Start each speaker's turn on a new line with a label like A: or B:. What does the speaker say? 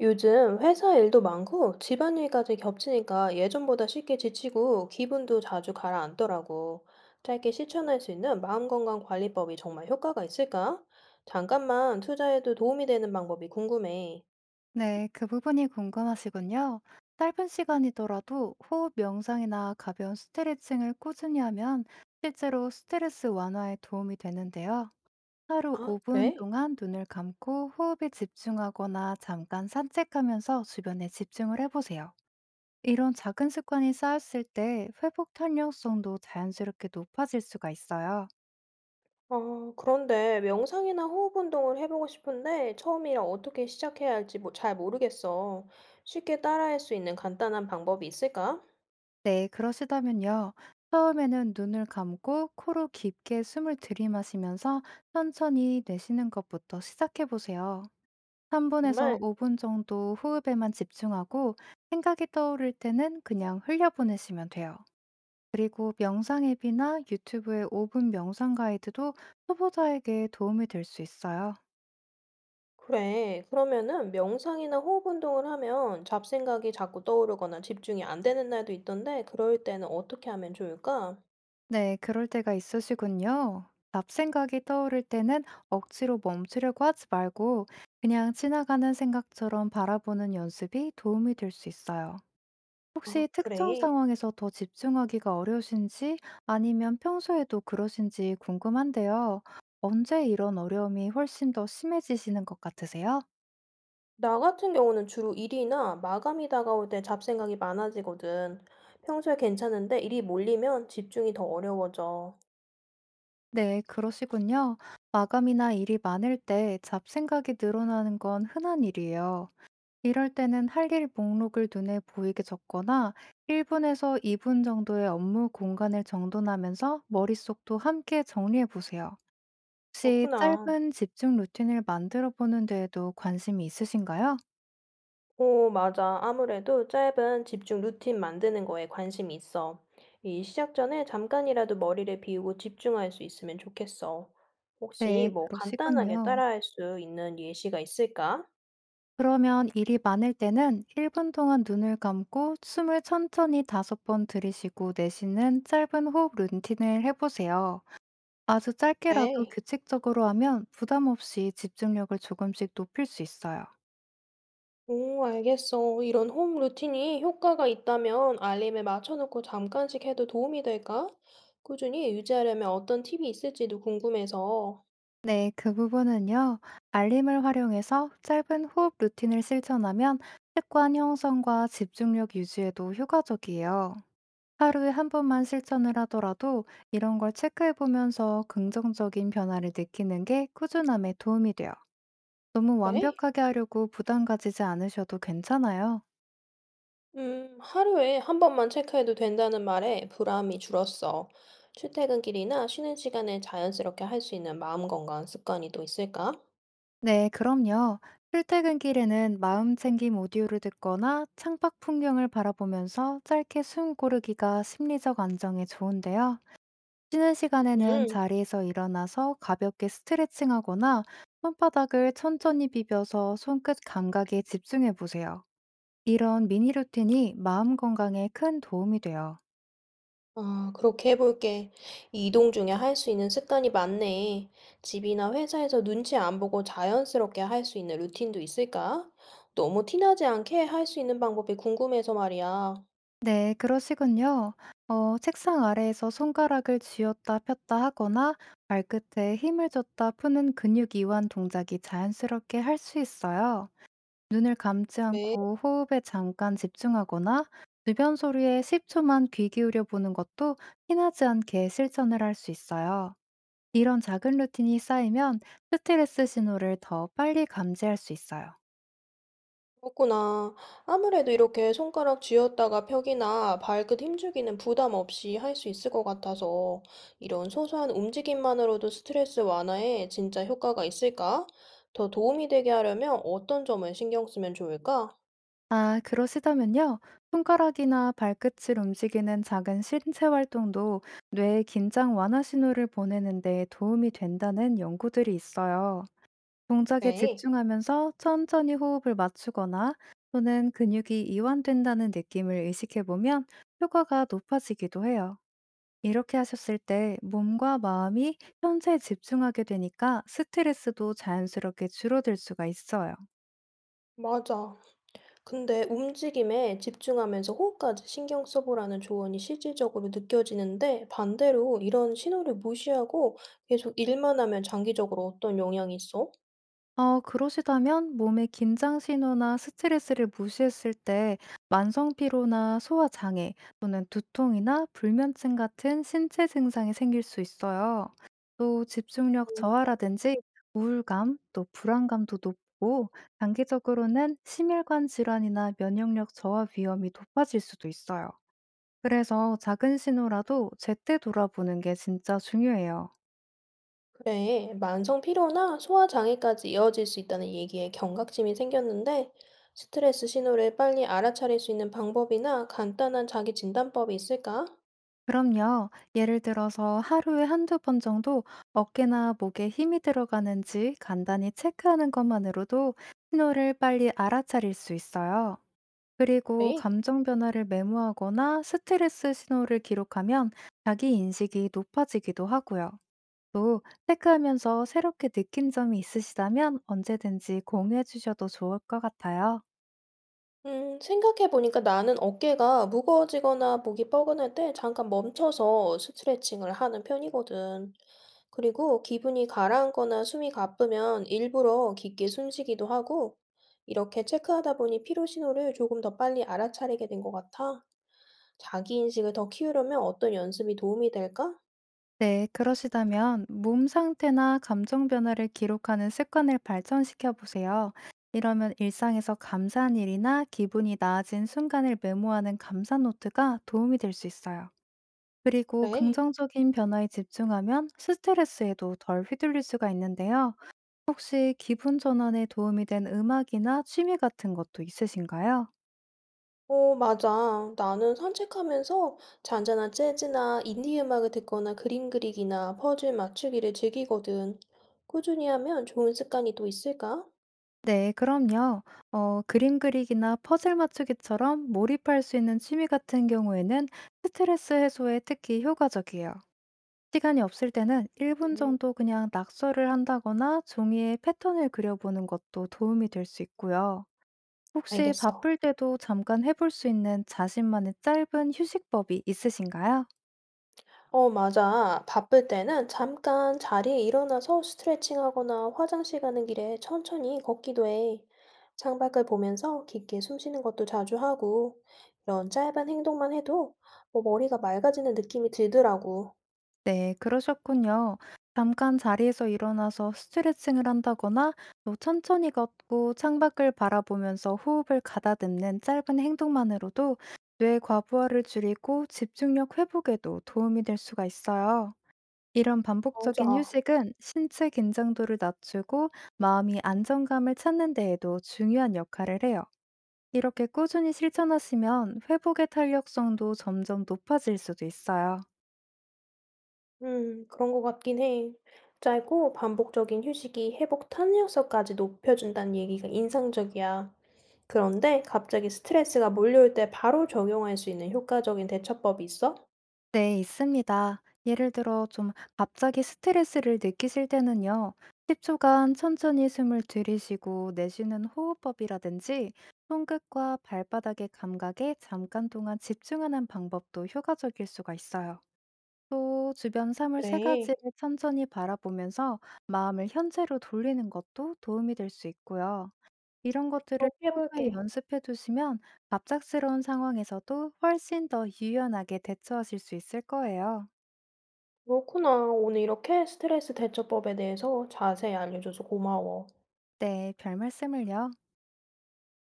A: 요즘 회사 일도 많고 집안일까지 겹치니까 예전보다 쉽게 지치고 기분도 자주 가라앉더라고. 짧게 실천할 수 있는 마음건강 관리법이 정말 효과가 있을까? 잠깐만 투자해도 도움이 되는 방법이 궁금해.
B: 네, 그 부분이 궁금하시군요. 짧은 시간이더라도 호흡 명상이나 가벼운 스트레칭을 꾸준히 하면 실제로 스트레스 완화에 도움이 되는데요. 하루
A: 아,
B: 5분
A: 그래?
B: 동안 눈을 감고 호흡에 집중하거나 잠깐 산책하면서 주변에 집중을 해보세요. 이런 작은 습관이 쌓였을 때 회복 탄력성도 자연스럽게 높아질 수가 있어요.
A: 그런데 명상이나 호흡 운동을 해보고 싶은데 처음이라 어떻게 시작해야 할지 뭐 잘 모르겠어. 쉽게 따라할 수 있는 간단한 방법이 있을까?
B: 네, 그러시다면요. 처음에는 눈을 감고 코로 깊게 숨을 들이마시면서 천천히 내쉬는 것부터 시작해 보세요. 3분에서
A: 정말?
B: 5분 정도 호흡에만 집중하고 생각이 떠오를 때는 그냥 흘려보내시면 돼요. 그리고 명상 앱이나 유튜브의 5분 명상 가이드도 초보자에게 도움이 될 수 있어요.
A: 그래. 그러면은 명상이나 호흡 운동을 하면 잡생각이 자꾸 떠오르거나 집중이 안 되는 날도 있던데 그럴 때는 어떻게 하면 좋을까?
B: 네, 그럴 때가 있으시군요. 잡생각이 떠오를 때는 억지로 멈추려고 하지 말고 그냥 지나가는 생각처럼 바라보는 연습이 도움이 될 수 있어요.
A: 아,
B: 혹시 특정
A: 그래.
B: 상황에서 더 집중하기가 어려우신지 아니면 평소에도 그러신지 궁금한데요. 언제 이런 어려움이 훨씬 더 심해지시는 것 같으세요?
A: 나 같은 경우는 주로 일이나 마감이 다가올 때 잡생각이 많아지거든. 평소에 괜찮은데 일이 몰리면 집중이 더 어려워져.
B: 네, 그러시군요. 마감이나 일이 많을 때 잡생각이 늘어나는 건 흔한 일이에요. 이럴 때는 할 일 목록을 눈에 보이게 적거나 1분에서 2분 정도의 업무 공간을 정돈하면서 머릿속도 함께 정리해 보세요. 혹시
A: 그렇구나.
B: 짧은 집중 루틴을 만들어 보는 데에도 관심이 있으신가요?
A: 오, 맞아. 아무래도 짧은 집중 루틴 만드는 거에 관심이 있어. 이 시작 전에 잠깐이라도 머리를 비우고 집중할 수 있으면 좋겠어. 혹시
B: 네,
A: 뭐 간단하게
B: 그러시군요.
A: 따라할 수 있는 예시가 있을까?
B: 그러면 일이 많을 때는 1분 동안 눈을 감고 숨을 천천히 5번 들이쉬고 내쉬는 짧은 호흡 루틴을 해보세요. 아주 짧게라도
A: 네.
B: 규칙적으로 하면 부담 없이 집중력을 조금씩 높일 수 있어요.
A: 오, 알겠어. 이런 홈 루틴이 효과가 있다면 알림에 맞춰놓고 잠깐씩 해도 도움이 될까? 꾸준히 유지하려면 어떤 팁이 있을지도 궁금해서.
B: 네, 그 부분은요. 알림을 활용해서 짧은 호흡 루틴을 실천하면 습관 형성과 집중력 유지에도 효과적이에요. 하루에 한 번만 실천을 하더라도 이런 걸 체크해 보면서 긍정적인 변화를 느끼는 게 꾸준함에 도움이 돼요. 너무
A: 그래?
B: 완벽하게 하려고 부담 가지지 않으셔도 괜찮아요.
A: 하루에 한 번만 체크해도 된다는 말에 부담이 줄었어. 출퇴근길이나 쉬는 시간에 자연스럽게 할 수 있는 마음 건강 습관이 또 있을까?
B: 네, 그럼요. 출퇴근길에는 마음 챙김 오디오를 듣거나 창밖 풍경을 바라보면서 짧게 숨 고르기가 심리적 안정에 좋은데요. 쉬는 시간에는
A: 음.
B: 자리에서 일어나서 가볍게 스트레칭하거나 손바닥을 천천히 비벼서 손끝 감각에 집중해 보세요. 이런 미니 루틴이 마음 건강에 큰 도움이 돼요.
A: 아, 그렇게 해볼게. 이 이동 중에 할 수 있는 습관이 많네. 집이나 회사에서 눈치 안 보고 자연스럽게 할 수 있는 루틴도 있을까? 너무 티나지 않게 할 수 있는 방법이 궁금해서 말이야.
B: 네, 그러시군요. 책상 아래에서 손가락을 쥐었다 폈다 하거나 발끝에 힘을 줬다 푸는 근육 이완 동작이 자연스럽게 할 수 있어요. 눈을 감지
A: 네.
B: 않고 호흡에 잠깐 집중하거나 주변 소리에 10초만 귀 기울여 보는 것도 티나지 않게 실천을 할 수 있어요. 이런 작은 루틴이 쌓이면 스트레스 신호를 더 빨리 감지할 수 있어요.
A: 그렇구나. 아무래도 이렇게 손가락 쥐었다가 펴기나 발끝 힘주기는 부담 없이 할 수 있을 것 같아서 이런 소소한 움직임만으로도 스트레스 완화에 진짜 효과가 있을까? 더 도움이 되게 하려면 어떤 점을 신경 쓰면 좋을까?
B: 아, 그러시다면요. 손가락이나 발끝을 움직이는 작은 신체 활동도 뇌의 긴장 완화 신호를 보내는 데 도움이 된다는 연구들이 있어요. 동작에
A: 네,
B: 집중하면서 천천히 호흡을 맞추거나 또는 근육이 이완된다는 느낌을 의식해 보면 효과가 높아지기도 해요. 이렇게 하셨을 때 몸과 마음이 현재에 집중하게 되니까 스트레스도 자연스럽게 줄어들 수가 있어요.
A: 맞아. 근데 움직임에 집중하면서 호흡까지 신경 써보라는 조언이 실질적으로 느껴지는데 반대로 이런 신호를 무시하고 계속 일만 하면 장기적으로 어떤 영향이 있어?
B: 그러시다면 몸의 긴장 신호나 스트레스를 무시했을 때 만성 피로나 소화 장애 또는 두통이나 불면증 같은 신체 증상이 생길 수 있어요. 또 집중력 저하라든지 우울감 또 불안감도 높고 단기적으로는 심혈관 질환이나 면역력 저하 위험이 높아질 수도 있어요. 그래서 작은 신호라도 제때 돌아보는 게 진짜 중요해요.
A: 네, 만성 피로나 소화 장애까지 이어질 수 있다는 얘기에 경각심이 생겼는데, 스트레스 신호를 빨리 알아차릴 수 있는 방법이나 간단한 자기 진단법이 있을까?
B: 그럼요. 예를 들어서 하루에 한두 번 정도 어깨나 목에 힘이 들어가는지 간단히 체크하는 것만으로도 신호를 빨리 알아차릴 수 있어요. 그리고
A: 네.
B: 감정 변화를 메모하거나 스트레스 신호를 기록하면 자기 인식이 높아지기도 하고요. 또 체크하면서 새롭게 느낀 점이 있으시다면 언제든지 공유해 주셔도 좋을 것 같아요.
A: 생각해보니까 나는 어깨가 무거워지거나 목이 뻐근할 때 잠깐 멈춰서 스트레칭을 하는 편이거든. 그리고 기분이 가라앉거나 숨이 가쁘면 일부러 깊게 숨 쉬기도 하고, 이렇게 체크하다 보니 피로 신호를 조금 더 빨리 알아차리게 된 것 같아. 자기 인식을 더 키우려면 어떤 연습이 도움이 될까?
B: 네, 그러시다면 몸 상태나 감정 변화를 기록하는 습관을 발전시켜 보세요. 이러면 일상에서 감사한 일이나 기분이 나아진 순간을 메모하는 감사 노트가 도움이 될 수 있어요. 그리고
A: 그래.
B: 긍정적인 변화에 집중하면 스트레스에도 덜 휘둘릴 수가 있는데요. 혹시 기분 전환에 도움이 된 음악이나 취미 같은 것도 있으신가요?
A: 맞아. 나는 산책하면서 잔잔한 재즈나 인디 음악을 듣거나 그림 그리기나 퍼즐 맞추기를 즐기거든. 꾸준히 하면 좋은 습관이 또 있을까?
B: 네, 그럼요. 그림 그리기나 퍼즐 맞추기처럼 몰입할 수 있는 취미 같은 경우에는 스트레스 해소에 특히 효과적이에요. 시간이 없을 때는 1분
A: 네.
B: 정도 그냥 낙서를 한다거나 종이에 패턴을 그려보는 것도 도움이 될 수 있고요. 혹시
A: 알겠어.
B: 바쁠 때도 잠깐 해볼 수 있는 자신만의 짧은 휴식법이 있으신가요?
A: 맞아. 바쁠 때는 잠깐 자리에 일어나서 스트레칭하거나 화장실 가는 길에 천천히 걷기도 해. 창밖을 보면서 깊게 숨 쉬는 것도 자주 하고, 이런 짧은 행동만 해도 뭐 머리가 맑아지는 느낌이 들더라고.
B: 네, 그러셨군요. 잠깐 자리에서 일어나서 스트레칭을 한다거나 또 천천히 걷고 창밖을 바라보면서 호흡을 가다듬는 짧은 행동만으로도 뇌의 과부하를 줄이고 집중력 회복에도 도움이 될 수가 있어요. 이런 반복적인
A: 맞아.
B: 휴식은 신체 긴장도를 낮추고 마음이 안정감을 찾는 데에도 중요한 역할을 해요. 이렇게 꾸준히 실천하시면 회복의 탄력성도 점점 높아질 수도 있어요.
A: 그런 것 같긴 해. 짧고 반복적인 휴식이 회복 탄력성까지 높여준다는 얘기가 인상적이야. 그런데 갑자기 스트레스가 몰려올 때 바로 적용할 수 있는 효과적인 대처법이 있어?
B: 네, 있습니다. 예를 들어 좀 갑자기 스트레스를 느끼실 때는요. 10초간 천천히 숨을 들이쉬고 내쉬는 호흡법이라든지 손끝과 발바닥의 감각에 잠깐 동안 집중하는 방법도 효과적일 수가 있어요. 또 주변 사물 세
A: 그래.
B: 가지를 천천히 바라보면서 마음을 현재로 돌리는 것도 도움이 될 수 있고요. 이런 것들을
A: 그렇게
B: 평소에
A: 해볼게.
B: 연습해 두시면 갑작스러운 상황에서도 훨씬 더 유연하게 대처하실 수 있을 거예요.
A: 그렇구나. 오늘 이렇게 스트레스 대처법에 대해서 자세히 알려줘서 고마워.
B: 네, 별 말씀을요.